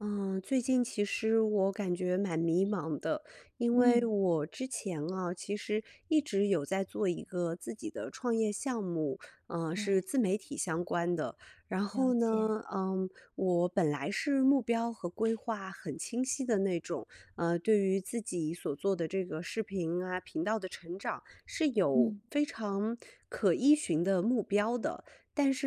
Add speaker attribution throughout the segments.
Speaker 1: 嗯，最近其实我感觉蛮迷茫的，因为
Speaker 2: 嗯，
Speaker 1: 我之前啊，其实一直有在做一个自己的创业项目，嗯，是
Speaker 2: 对，
Speaker 1: 自媒体相关的。然后
Speaker 2: 了解。
Speaker 1: 呢，我本来是目标和规划很清晰的那种，对于自己所做的这个视频啊频道的成长是有
Speaker 2: 嗯
Speaker 1: 非常可依循的目标的。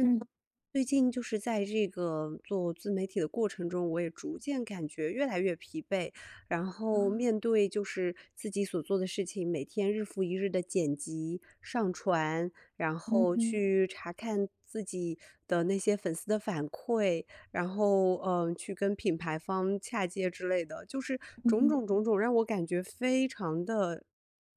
Speaker 2: 嗯
Speaker 1: 最近就是在这个做自媒体的过程中，我也逐渐感觉越来越疲惫。然后
Speaker 2: 啊。
Speaker 1: 面对就是自己所做的事情，每天日复一日的剪辑、上传，然
Speaker 2: 嗯
Speaker 1: 后
Speaker 2: 哼
Speaker 1: 去查看自己的那些粉丝的反馈，然后去跟品牌方洽接之类的，就是
Speaker 2: 嗯
Speaker 1: 种
Speaker 2: 哼。
Speaker 1: 种种种，让我感觉非常的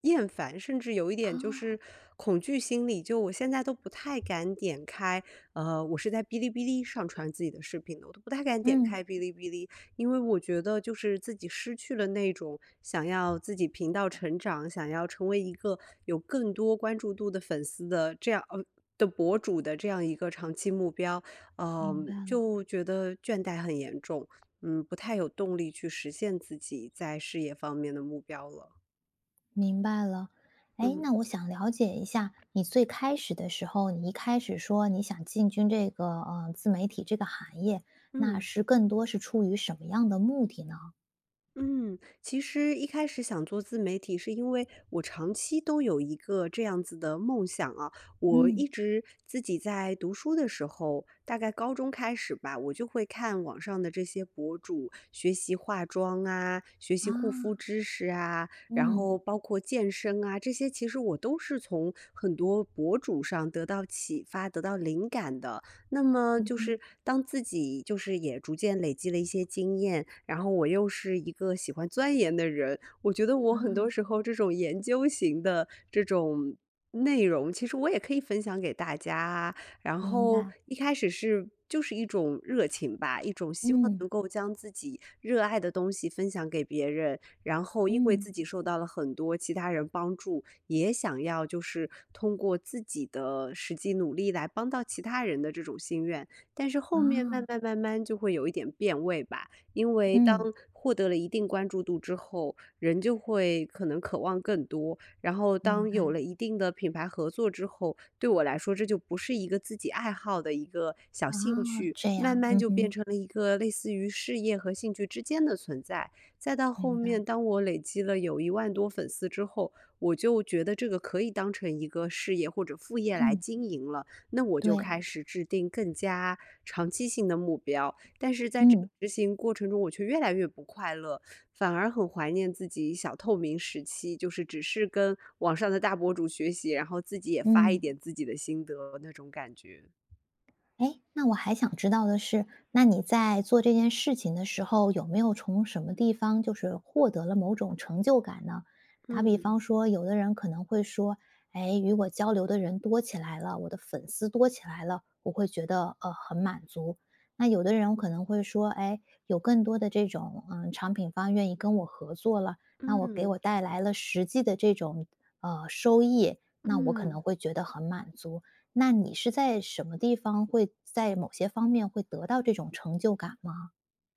Speaker 1: 厌烦，甚至有一点就是
Speaker 2: 哦。
Speaker 1: 恐惧心理，就我现在都不太敢点开，我是在哔哩哔哩上传自己的视频的，我都不太敢点
Speaker 2: 嗯，
Speaker 1: 开哔哩哔哩，因为我觉得就是自己失去了那种想要自己频道成长，想要成为一个有更多关注度的粉丝的这样的博主的这样一个长期目标，
Speaker 2: 明白
Speaker 1: 嗯、
Speaker 2: 了
Speaker 1: 就觉得倦怠很严重，嗯，不太有动力去实现自己在事业方面的目标了。
Speaker 2: 明白了。哎，
Speaker 1: 嗯。
Speaker 2: 那我想了解一下，你最开始的时候，你一开始说你想进军这个，自媒体这个行业，那
Speaker 1: 嗯
Speaker 2: 是更多是出于什么样的目的呢？
Speaker 1: 嗯，其实一开始想做自媒体，是因为我长期都有一个这样子的梦想啊。我
Speaker 2: 嗯，
Speaker 1: 一直自己在读书的时候，大概高中开始吧，我就会看网上的这些博主学习化妆啊，学习护肤
Speaker 2: 啊。
Speaker 1: 知识啊，然
Speaker 2: 嗯，
Speaker 1: 后包括健身啊，这些其实我都是从很多博主上得到启发、得到灵感的。那么
Speaker 2: 嗯
Speaker 1: 就
Speaker 2: 哼，
Speaker 1: 是当自己就是也逐渐累积了一些经验，然后我又是一个喜欢钻研的人，我觉得我很多
Speaker 2: 啊。
Speaker 1: 时候这种研究型的这种内容，其实我也可以分享给大家啊。然
Speaker 2: 明
Speaker 1: 后
Speaker 2: 白。
Speaker 1: 一开始是就是一种热情吧，一种希望
Speaker 2: 嗯
Speaker 1: 能够将自己热爱的东西分享给别人，然后因为
Speaker 2: 嗯，
Speaker 1: 自己受到了很多其他人帮助，也想要就是通过自己的实际努力来帮到其他人的这种心愿。但是后
Speaker 2: 啊。
Speaker 1: 面慢慢就会有一点变味吧。因为当
Speaker 2: 嗯，
Speaker 1: 获得了一定关注度之后，人就会可能渴望更多，然后
Speaker 2: 明
Speaker 1: 当有
Speaker 2: 白。
Speaker 1: 了一定的品牌合作之后，对我来说这就不是一个自己爱好的一个小
Speaker 2: 哦，
Speaker 1: 兴趣，
Speaker 2: 这
Speaker 1: 慢
Speaker 2: 样，
Speaker 1: 慢
Speaker 2: 嗯
Speaker 1: 就变
Speaker 2: 哼，
Speaker 1: 成了一个类似于事业和兴趣之间的存在。再到后
Speaker 2: 明白啊。
Speaker 1: 面，当我累积了有1万多粉丝之后，我就觉得这个可以当成一个事业或者副业
Speaker 2: 这样
Speaker 1: 来
Speaker 2: 嗯，
Speaker 1: 经营了，那我就
Speaker 2: 对，
Speaker 1: 开始制定更加长期性的目标。但是在这个
Speaker 2: 嗯。
Speaker 1: 执行过程中，我却越来越不快乐，反而很怀念自己小透明时期，就是只是跟网上的大博主学习，然后自己也发一
Speaker 2: 嗯，
Speaker 1: 点自己的心得那种感觉。
Speaker 2: 哎，那我还想知道的是，那你在做这件事情的时候，有没有从什么地方就是获得了某种成就感呢？打比
Speaker 1: 嗯。
Speaker 2: 方说，有的人可能会说，哎，与我交流的人多起来了，我的粉丝多起来了，我会觉得很满足。那有的人可能会说，哎，有更多的这种嗯产品方愿意跟我合作了，那我给
Speaker 1: 嗯。
Speaker 2: 我带来了实际的这种收益，那我可
Speaker 1: 嗯，
Speaker 2: 能会觉得很满足。那你是在什么地方会在某些方面会得到这种成就感吗？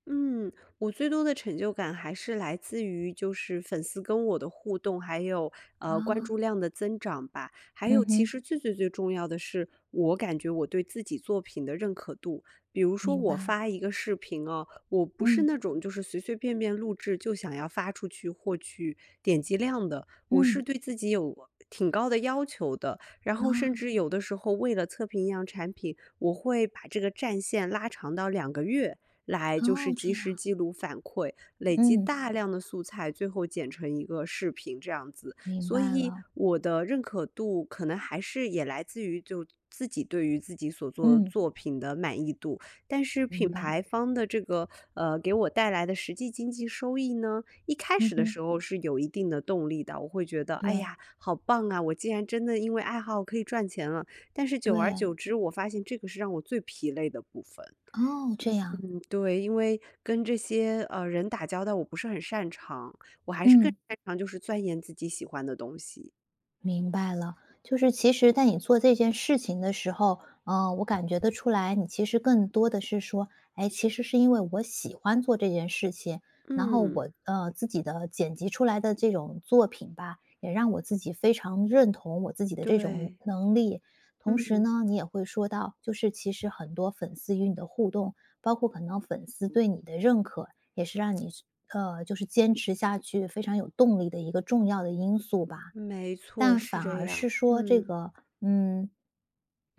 Speaker 1: 嗯，我最多的成就感还是来自于就是粉丝跟我的互动，还有关注
Speaker 2: 啊，
Speaker 1: 量的增长吧。还
Speaker 2: 嗯
Speaker 1: 有，其
Speaker 2: 哼，
Speaker 1: 实最最最重要的是，我感觉我对自己作品的认可度。比如说，
Speaker 2: 明
Speaker 1: 我
Speaker 2: 白。
Speaker 1: 发一个视频哦，我不是
Speaker 2: 嗯
Speaker 1: 那种就是随随便便录制就想要发出去获取点击量的，我是
Speaker 2: 嗯
Speaker 1: 对自己有挺高的要求的。然后，甚
Speaker 2: 啊，
Speaker 1: 至有的时候为了测评一样产品，我会把这个战线拉长到2个月。来就是
Speaker 2: 哦，
Speaker 1: 及
Speaker 2: 这
Speaker 1: 时
Speaker 2: 样。
Speaker 1: 记录反馈，累积
Speaker 2: 嗯，
Speaker 1: 大量的素材，最后剪成一个视频这样子。
Speaker 2: 明
Speaker 1: 所
Speaker 2: 白
Speaker 1: 以
Speaker 2: 了，
Speaker 1: 我的认可度可能还是也来自于就自己对于自己所做
Speaker 2: 嗯，
Speaker 1: 作品的满意度。但是品
Speaker 2: 明
Speaker 1: 牌
Speaker 2: 白，
Speaker 1: 方的这个给我带来的实际经济收益呢，一开
Speaker 2: 嗯
Speaker 1: 始的
Speaker 2: 哼，
Speaker 1: 时候是有一定的动力的，我会觉得哎
Speaker 2: 对
Speaker 1: 呀好棒啊，我竟然真的因为爱好可以赚钱了。但是久而
Speaker 2: 对，
Speaker 1: 久之，我发现这个是让我最疲累的部分。
Speaker 2: 哦，这样。
Speaker 1: 嗯，对，因为跟这些人打交道，我不是很擅长，我还是更
Speaker 2: 嗯。
Speaker 1: 擅长就是钻研自己喜欢的东西。
Speaker 2: 明白了，就是其实，在你做这件事情的时候，嗯、我感觉得出来，你其实更多的是说，哎，其实是因为我喜欢做这件事情，然后
Speaker 1: 嗯，
Speaker 2: 我自己的剪辑出来的这种作品吧，也让我自己非常认同我自己的这种
Speaker 1: 对，
Speaker 2: 能力。同时
Speaker 1: 嗯，
Speaker 2: 呢，你也会说到，就是其实很多粉丝与你的互动，包括可能粉丝对你的认可，也是让你就是坚持下去非常有动力的一个重要的因素吧。
Speaker 1: 没错，
Speaker 2: 但
Speaker 1: 是
Speaker 2: 反
Speaker 1: 这
Speaker 2: 而
Speaker 1: 样。
Speaker 2: 是说这
Speaker 1: 嗯
Speaker 2: 个，嗯，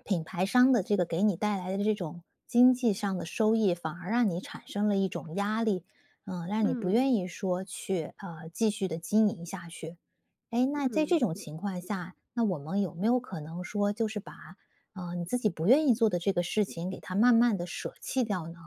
Speaker 2: 品牌商的这个给你带来的这种经济上的收益，反而让你产生了一种压力，嗯，让你不
Speaker 1: 嗯。
Speaker 2: 愿意说去继续的经营下去。哎，那在这
Speaker 1: 嗯。
Speaker 2: 种情况下，那我们有没有可能说，就是把你自己不愿意做的这个事情，给它慢慢的舍弃掉呢？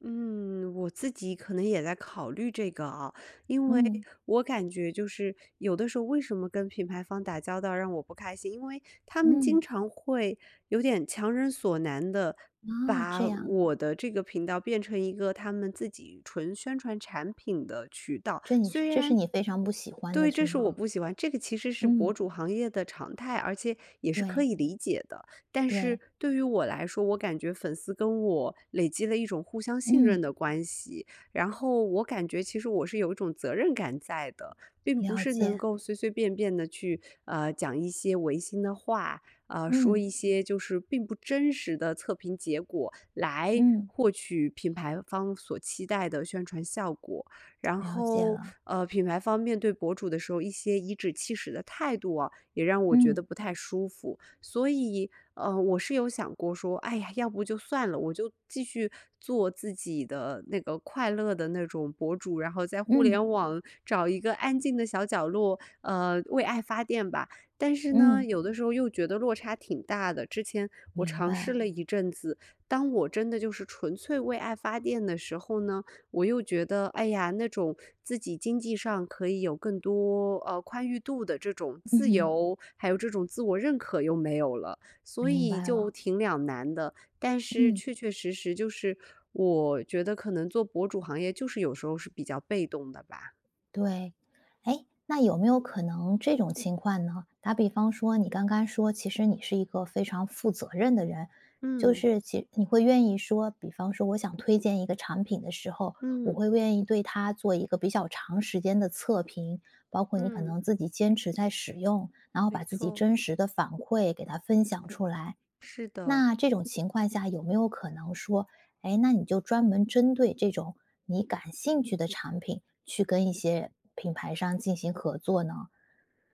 Speaker 1: 嗯，我自己可能也在考虑这个啊，因为
Speaker 2: 嗯
Speaker 1: 我感觉就是有的时候为什么跟品牌方打交道让我不开心，因为他们经
Speaker 2: 嗯，
Speaker 1: 常会有点强人所难的
Speaker 2: 啊，
Speaker 1: 把
Speaker 2: 这样，
Speaker 1: 我的这个频道变成一个他们自己纯宣传产品的渠道，
Speaker 2: 这你
Speaker 1: 虽
Speaker 2: 这是
Speaker 1: 然
Speaker 2: 你非常不喜欢
Speaker 1: 对，
Speaker 2: 的是
Speaker 1: 这是我
Speaker 2: 吗？
Speaker 1: 不喜欢，这个其实是
Speaker 2: 嗯，
Speaker 1: 博主行业的常态，而且也是可
Speaker 2: 对
Speaker 1: 以理解的。但是
Speaker 2: 对，
Speaker 1: 对于我来说，我感觉粉丝跟我累积了一种互相信任
Speaker 2: 嗯。
Speaker 1: 的关系，然后我感觉其实我是有一种责任感在的，并不
Speaker 2: 了
Speaker 1: 是能
Speaker 2: 解。
Speaker 1: 够随随便便的去讲一些违心的话，说
Speaker 2: 嗯
Speaker 1: 一些就是并不真实的测评结果来
Speaker 2: 嗯
Speaker 1: 获取品牌方所期待的宣传效果。然
Speaker 2: 了解
Speaker 1: 后，
Speaker 2: 了，
Speaker 1: 品牌方面对博主的时候，一些颐指气使的态度啊，也让我觉得
Speaker 2: 嗯
Speaker 1: 不太舒服。所以，我是有想过说，哎呀，要不就算了，我就继续做自己的那个快乐的那种博主，然后在互联
Speaker 2: 嗯
Speaker 1: 网找一个安静的小角落，为爱发电吧。但是呢，
Speaker 2: 嗯
Speaker 1: 有的时候又觉得落差挺大的。之前我
Speaker 2: 明
Speaker 1: 尝试
Speaker 2: 白，
Speaker 1: 了一阵子，当我真的就是纯粹为爱发电的时候呢，我又觉得，哎呀，那种自己经济上可以有更多宽裕度的这种
Speaker 2: 嗯
Speaker 1: 自
Speaker 2: 哼
Speaker 1: 由，还有这种自我认可又没有了，所
Speaker 2: 明
Speaker 1: 以
Speaker 2: 白
Speaker 1: 就
Speaker 2: 了。
Speaker 1: 挺两难的。但是
Speaker 2: 嗯
Speaker 1: 确确实实就是，我觉得可能做博主行业就是有时候是比较被动的吧。
Speaker 2: 对，哎，那有没有可能这种情况呢？打比方说，你刚刚说，其实你是一个非常负责任的人，就
Speaker 1: 嗯。
Speaker 2: 是其你会愿意说，比方说，我想推荐一个产品的时候，我
Speaker 1: 嗯。
Speaker 2: 会愿意对它做一个比较长时间的测评，包括你可
Speaker 1: 嗯，
Speaker 2: 能自己坚持在使用，然后
Speaker 1: 没
Speaker 2: 把自己
Speaker 1: 错，
Speaker 2: 真实的反馈给它分享出来。
Speaker 1: 是的，
Speaker 2: 那这种情况下有没有可能说，哎，那你就专门针对这种你感兴趣的产品，去跟一些品牌商进行合作呢？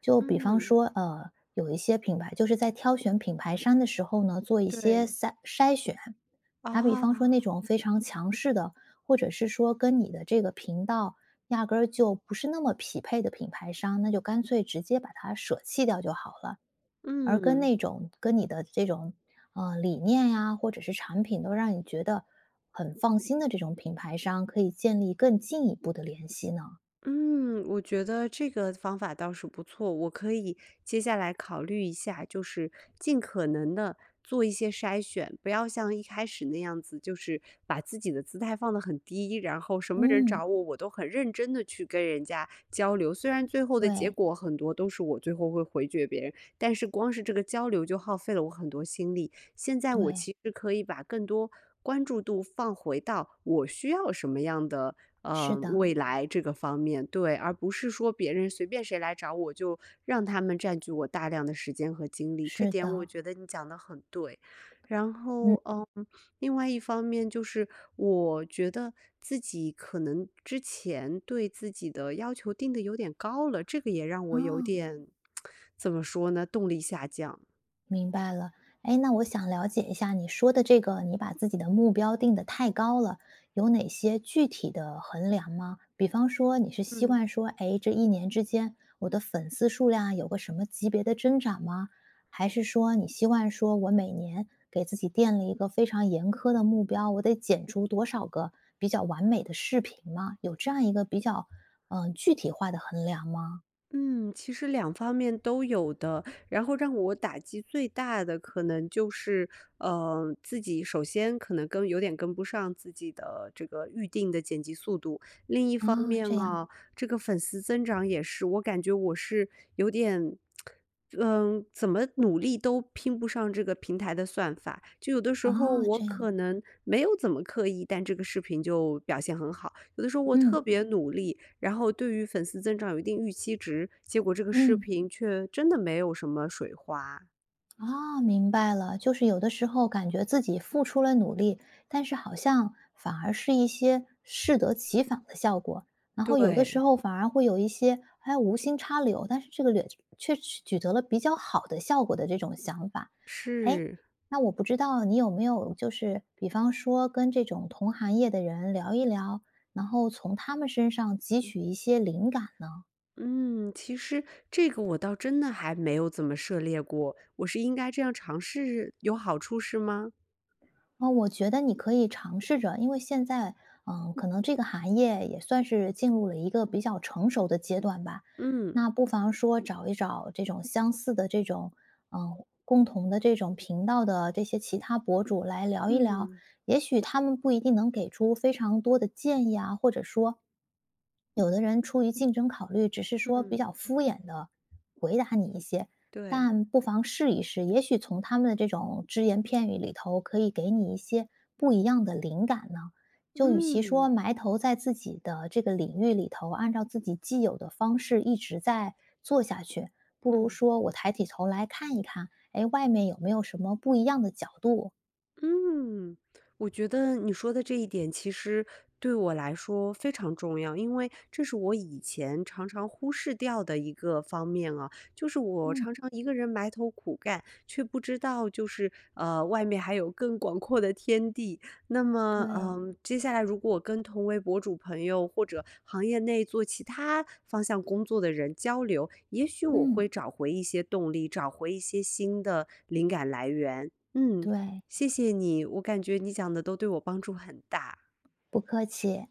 Speaker 2: 就比方
Speaker 1: 嗯，
Speaker 2: 说，有一些品牌就是在挑选品牌商的时候呢，做一些
Speaker 1: 对
Speaker 2: 筛选。打比
Speaker 1: 啊。
Speaker 2: 方说那种非常强势的，或者是说跟你的这个频道压根儿就不是那么匹配的品牌商，那就干脆直接把它舍弃掉就好了。而跟
Speaker 1: 嗯。
Speaker 2: 那种跟你的这种，理念呀，或者是产品都让你觉得很放心的这种品牌商，可以建立更进一步的联系呢？
Speaker 1: 嗯，我觉得这个方法倒是不错，我可以接下来考虑一下，就是尽可能的做一些筛选，不要像一开始那样子，就是把自己的姿态放得很低，然后什么人
Speaker 2: 嗯，
Speaker 1: 找我，我都很认真的去跟人家交流。虽然最后的结
Speaker 2: 对，
Speaker 1: 果很多都是我最后会回绝别人，但是光是这个交流就耗费了我很多心力。现在我
Speaker 2: 对，
Speaker 1: 其实可以把更多关注度放回到我需要什么样的
Speaker 2: 是的，
Speaker 1: 未来这个方面，对，而不是说别人随便谁来找我就让他们占据我大量的时间和精力，这
Speaker 2: 是
Speaker 1: 点我
Speaker 2: 的，
Speaker 1: 觉得你讲的很对。然
Speaker 2: 嗯，
Speaker 1: 后，嗯，另外一方面就是我觉得自己可能之前对自己的要求定的有点高了，这个也让
Speaker 2: 啊。
Speaker 1: 我有点，怎么说呢，动力下降。
Speaker 2: 明白了，哎，那我想了解一下你说的这个，你把自己的目标定得太高了，有哪些具体的衡量吗？比方说，你是希
Speaker 1: 嗯。
Speaker 2: 望说，哎，这一年之间我的粉丝数量啊有个什么级别的增长吗？还是说你希望说我每年给自己定了一个非常严苛的目标，我得剪出多少个比较完美的视频吗？有这样一个比较具体化的衡量吗？
Speaker 1: 嗯，其实两方面都有的。然后让我打击最大的可能就是，自己首先可能跟有点跟不上自己的这个预定的剪辑速度。另一方
Speaker 2: 啊，
Speaker 1: 面
Speaker 2: 这样
Speaker 1: 啊，这个粉丝增长也是，我感觉我是有点，嗯，怎么努力都拼不上这个平台的算法。就有的时
Speaker 2: 啊，
Speaker 1: 候我
Speaker 2: 这样，
Speaker 1: 可能没有怎么刻意，但这个视频就表现很好；有的时候我
Speaker 2: 嗯
Speaker 1: 特别努力，然后对于粉丝增长有一定预期值，结果这个视
Speaker 2: 嗯。
Speaker 1: 频却真的没有什么水花。
Speaker 2: 啊，明白了，就是有的时候感觉自己付出了努力，但是好像反而是一些适得其反的效果。然后有的时
Speaker 1: 对，
Speaker 2: 候反而会有一些，哎，无心插柳，但是这个略却取得了比较好的效果的这种想法。哎，
Speaker 1: 是。
Speaker 2: 那我不知道你有没有就是，比方说跟这种同行业的人聊一聊，然后从他们身上汲取一些灵感呢？
Speaker 1: 嗯，其实这个我倒真的还没有怎么涉猎过，我是应该这样尝试有好处是吗？
Speaker 2: 哦，我觉得你可以尝试着，因为现在，嗯，可能这个行业也算是进入了一个比较成熟的阶段吧。
Speaker 1: 嗯，
Speaker 2: 那不妨说找一找这种相似的这种，嗯，共同的这种频道的这些其他博主来聊一聊，
Speaker 1: 嗯，
Speaker 2: 也许他们不一定能给出非常多的建议啊，或者说，有的人出于竞争考虑，只是说比
Speaker 1: 嗯，
Speaker 2: 较敷衍的回答你一些，
Speaker 1: 对。
Speaker 2: 但不妨试一试，也许从他们的这种只言片语里头，可以给你一些不一样的灵感呢。就与其说
Speaker 1: 嗯。
Speaker 2: 埋头在自己的这个领域里头，按照自己既有的方式一直在做下去，不如
Speaker 1: 嗯，
Speaker 2: 说我抬起头来看一看，哎，外面有没有什么不一样的角度？
Speaker 1: 嗯，我觉得你说的这一点其实对我来说非常重要，因为这是我以前常常忽视掉的一个方面啊，就是我常
Speaker 2: 嗯，
Speaker 1: 常一个人埋头苦干，却不知道就是外面还有更广阔的天地。那么，
Speaker 2: 对，
Speaker 1: 嗯，接下来如果我跟同为博主朋友或者行业内做其他方向工作的人交流，也许我会
Speaker 2: 嗯，
Speaker 1: 找回一些动力，找回一些新的灵感来源。嗯，
Speaker 2: 对，
Speaker 1: 谢谢你，我感觉你讲的都对我帮助很大。
Speaker 2: 不客气。